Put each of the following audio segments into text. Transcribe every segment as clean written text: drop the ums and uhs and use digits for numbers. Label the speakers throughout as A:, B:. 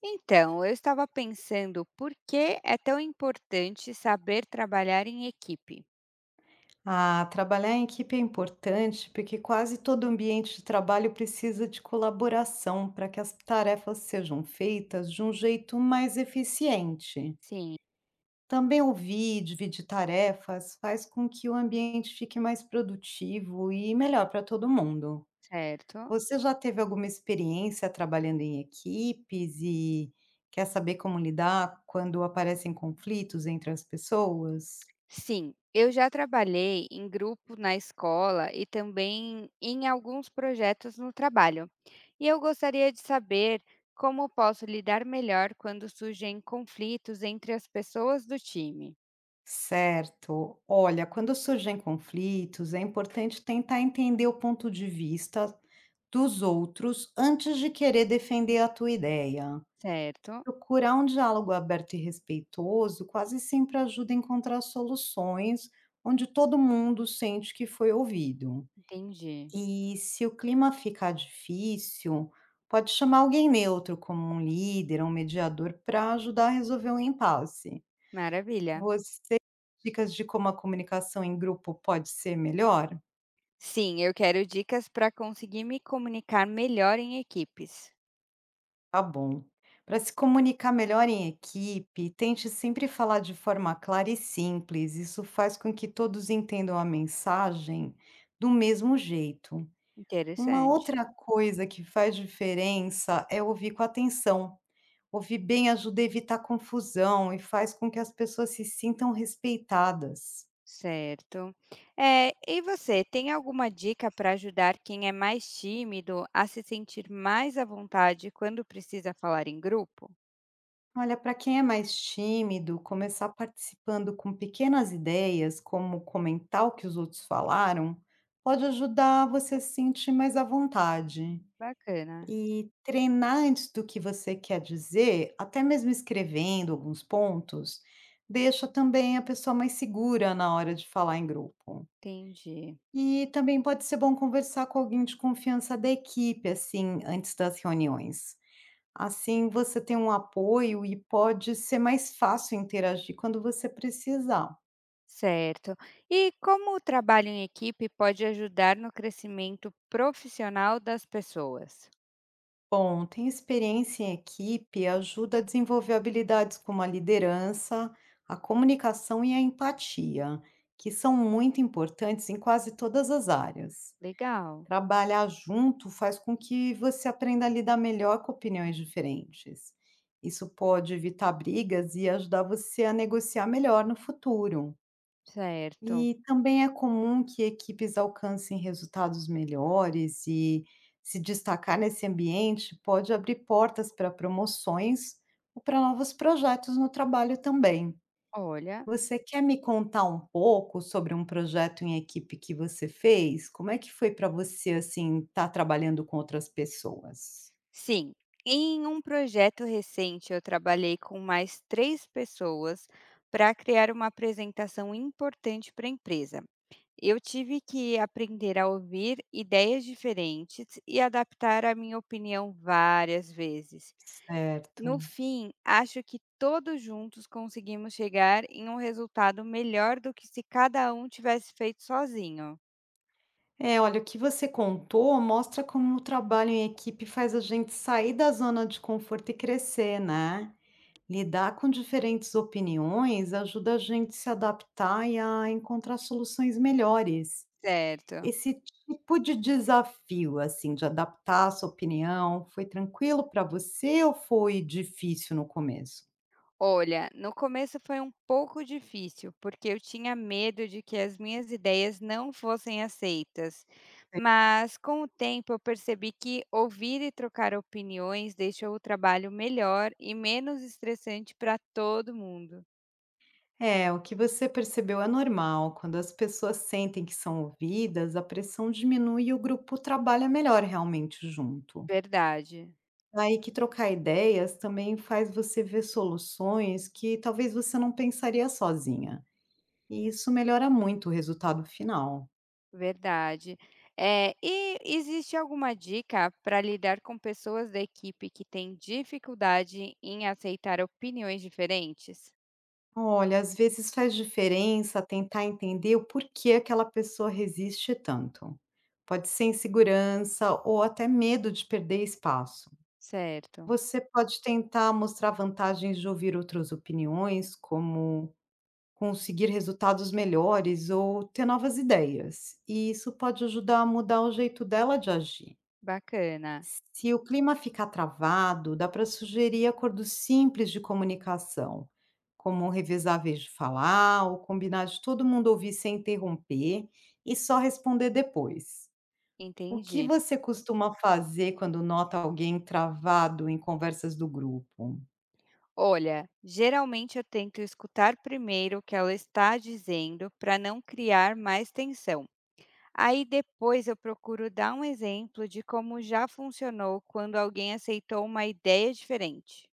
A: Então, eu estava pensando por que é tão importante saber trabalhar em equipe.
B: Trabalhar em equipe é importante porque quase todo ambiente de trabalho precisa de colaboração para que as tarefas sejam feitas de um jeito mais eficiente.
A: Sim.
B: Também ouvir e dividir tarefas faz com que o ambiente fique mais produtivo e melhor para todo mundo.
A: Certo?
B: Você já teve alguma experiência trabalhando em equipes e quer saber como lidar quando aparecem conflitos entre as pessoas?
A: Sim, eu já trabalhei em grupo na escola e também em alguns projetos no trabalho. E eu gostaria de saber como posso lidar melhor quando surgem conflitos entre as pessoas do time.
B: Certo. Olha, quando surgem conflitos, é importante tentar entender o ponto de vista dos outros antes de querer defender a tua ideia.
A: Certo?
B: Procurar um diálogo aberto e respeitoso quase sempre ajuda a encontrar soluções onde todo mundo sente que foi ouvido.
A: Entendi.
B: E se o clima ficar difícil, pode chamar alguém neutro, como um líder, um mediador, para ajudar a resolver o impasse.
A: Maravilha.
B: Dicas de como a comunicação em grupo pode ser melhor?
A: Sim, eu quero dicas para conseguir me comunicar melhor em equipes.
B: Tá bom. Para se comunicar melhor em equipe, tente sempre falar de forma clara e simples. Isso faz com que todos entendam a mensagem do mesmo jeito. Uma
A: Interessante,
B: outra coisa que faz diferença é ouvir com atenção. Ouvir bem ajuda a evitar confusão e faz com que as pessoas se sintam respeitadas.
A: certo. E você, tem alguma dica para ajudar quem é mais tímido a se sentir mais à vontade quando precisa falar em grupo?
B: Olha, para quem é mais tímido, começar participando com pequenas ideias, como comentar o que os outros falaram, pode ajudar você a se sentir mais à vontade.
A: Bacana,
B: E treinar antes do que você quer dizer, até mesmo escrevendo alguns pontos, deixa também a pessoa mais segura na hora de falar em grupo.
A: entendi.
B: E também pode ser bom conversar com alguém de confiança da equipe, assim, antes das reuniões. Assim você tem um apoio e pode ser mais fácil interagir quando você precisar.
A: Certo. E como o trabalho em equipe pode ajudar no crescimento profissional das pessoas?
B: Bom, ter experiência em equipe ajuda a desenvolver habilidades como a liderança, a comunicação e a empatia, que são muito importantes em quase todas as áreas.
A: Legal,
B: Trabalhar junto faz com que você aprenda a lidar melhor com opiniões diferentes. Isso pode evitar brigas e ajudar você a negociar melhor no futuro.
A: certo.
B: E também é comum que equipes alcancem resultados melhores e se destacar nesse ambiente pode abrir portas para promoções ou para novos projetos no trabalho também.
A: Olha,
B: Você quer me contar um pouco sobre um projeto em equipe que você fez? Como é que foi para você assim estar trabalhando com outras pessoas?
A: sim, em um projeto recente eu trabalhei com mais três pessoas para criar uma apresentação importante para a empresa. Eu tive que aprender a ouvir ideias diferentes e adaptar a minha opinião várias vezes.
B: Certo.
A: No fim, acho que todos juntos conseguimos chegar em um resultado melhor do que se cada um tivesse feito sozinho.
B: É, olha, o que você contou mostra como o trabalho em equipe faz a gente sair da zona de conforto e crescer, né? Lidar com diferentes opiniões ajuda a gente se adaptar e a encontrar soluções melhores.
A: Certo.
B: Esse tipo de desafio, assim, de adaptar a sua opinião, foi tranquilo para você ou foi difícil no começo?
A: Olha, no começo foi um pouco difícil, porque eu tinha medo de que as minhas ideias não fossem aceitas. Mas com o tempo eu percebi que ouvir e trocar opiniões deixa o trabalho melhor e menos estressante para todo mundo.
B: É, o que você percebeu é normal. Quando as pessoas sentem que são ouvidas, a pressão diminui e o grupo trabalha melhor realmente junto.
A: Verdade,
B: Aí que trocar ideias também faz você ver soluções que talvez você não pensaria sozinha. E isso melhora muito o resultado final.
A: verdade. É, e existe alguma dica para lidar com pessoas da equipe que têm dificuldade em aceitar opiniões diferentes?
B: Olha, às vezes faz diferença tentar entender o porquê aquela pessoa resiste tanto. Pode ser insegurança ou até medo de perder espaço.
A: Certo,
B: Você pode tentar mostrar vantagens de ouvir outras opiniões, como conseguir resultados melhores ou ter novas ideias. E isso pode ajudar a mudar o jeito dela de agir.
A: bacana.
B: Se o clima ficar travado, dá para sugerir acordos simples de comunicação, como revezar a vez de falar ou combinar de todo mundo ouvir sem interromper e só responder depois. O que
A: Entendi.
B: você costuma fazer quando nota alguém travado em conversas do grupo?
A: Olha, geralmente eu tento escutar primeiro o que ela está dizendo para não criar mais tensão. Aí depois eu procuro dar um exemplo de como já funcionou quando alguém aceitou uma ideia diferente.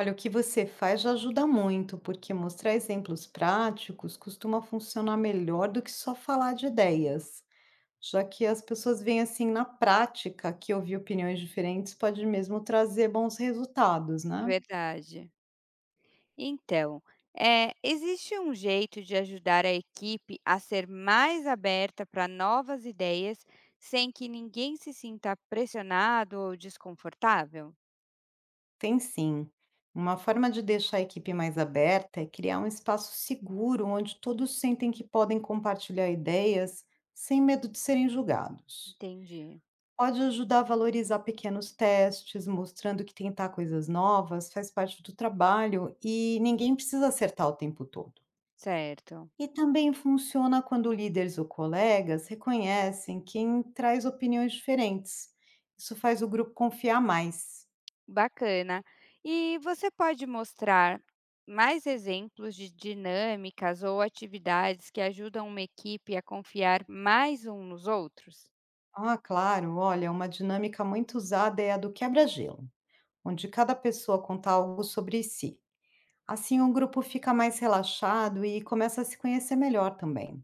B: Olha, o que você faz já ajuda muito, porque mostrar exemplos práticos costuma funcionar melhor do que só falar de ideias. Já que as pessoas veem assim na prática que ouvir opiniões diferentes pode mesmo trazer bons resultados, né?
A: Verdade. Então, é, existe um jeito de ajudar a equipe a ser mais aberta para novas ideias sem que ninguém se sinta pressionado ou desconfortável?
B: Tem sim. Uma forma de deixar a equipe mais aberta é criar um espaço seguro onde todos sentem que podem compartilhar ideias sem medo de serem julgados.
A: Entendi.
B: Pode ajudar a valorizar pequenos testes, mostrando que tentar coisas novas faz parte do trabalho e ninguém precisa acertar o tempo todo.
A: Certo.
B: E também funciona quando líderes ou colegas reconhecem quem traz opiniões diferentes. Isso faz o grupo confiar mais.
A: Bacana. E você pode mostrar mais exemplos de dinâmicas ou atividades que ajudam uma equipe a confiar mais um nos outros?
B: Claro, olha, uma dinâmica muito usada é a do quebra-gelo, onde cada pessoa conta algo sobre si. Assim, o grupo fica mais relaxado e começa a se conhecer melhor também.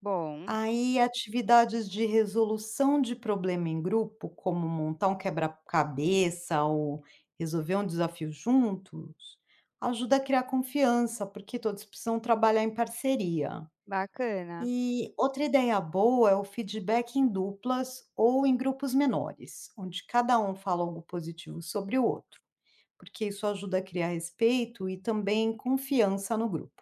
A: Bom,
B: Aí, atividades de resolução de problema em grupo, como montar um quebra-cabeça ou resolver um desafio juntos, ajuda a criar confiança, porque todos precisam trabalhar em parceria.
A: bacana.
B: E outra ideia boa é o feedback em duplas ou em grupos menores, onde cada um fala algo positivo sobre o outro, porque isso ajuda a criar respeito e também confiança no grupo.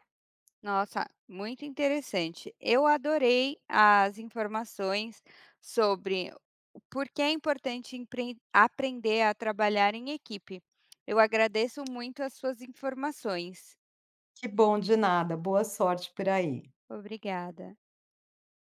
A: Nossa, muito interessante. Eu adorei as informações sobre o por que é importante aprender a trabalhar em equipe. Eu agradeço muito as suas informações.
B: Que bom, de nada, boa sorte por aí.
A: Obrigada.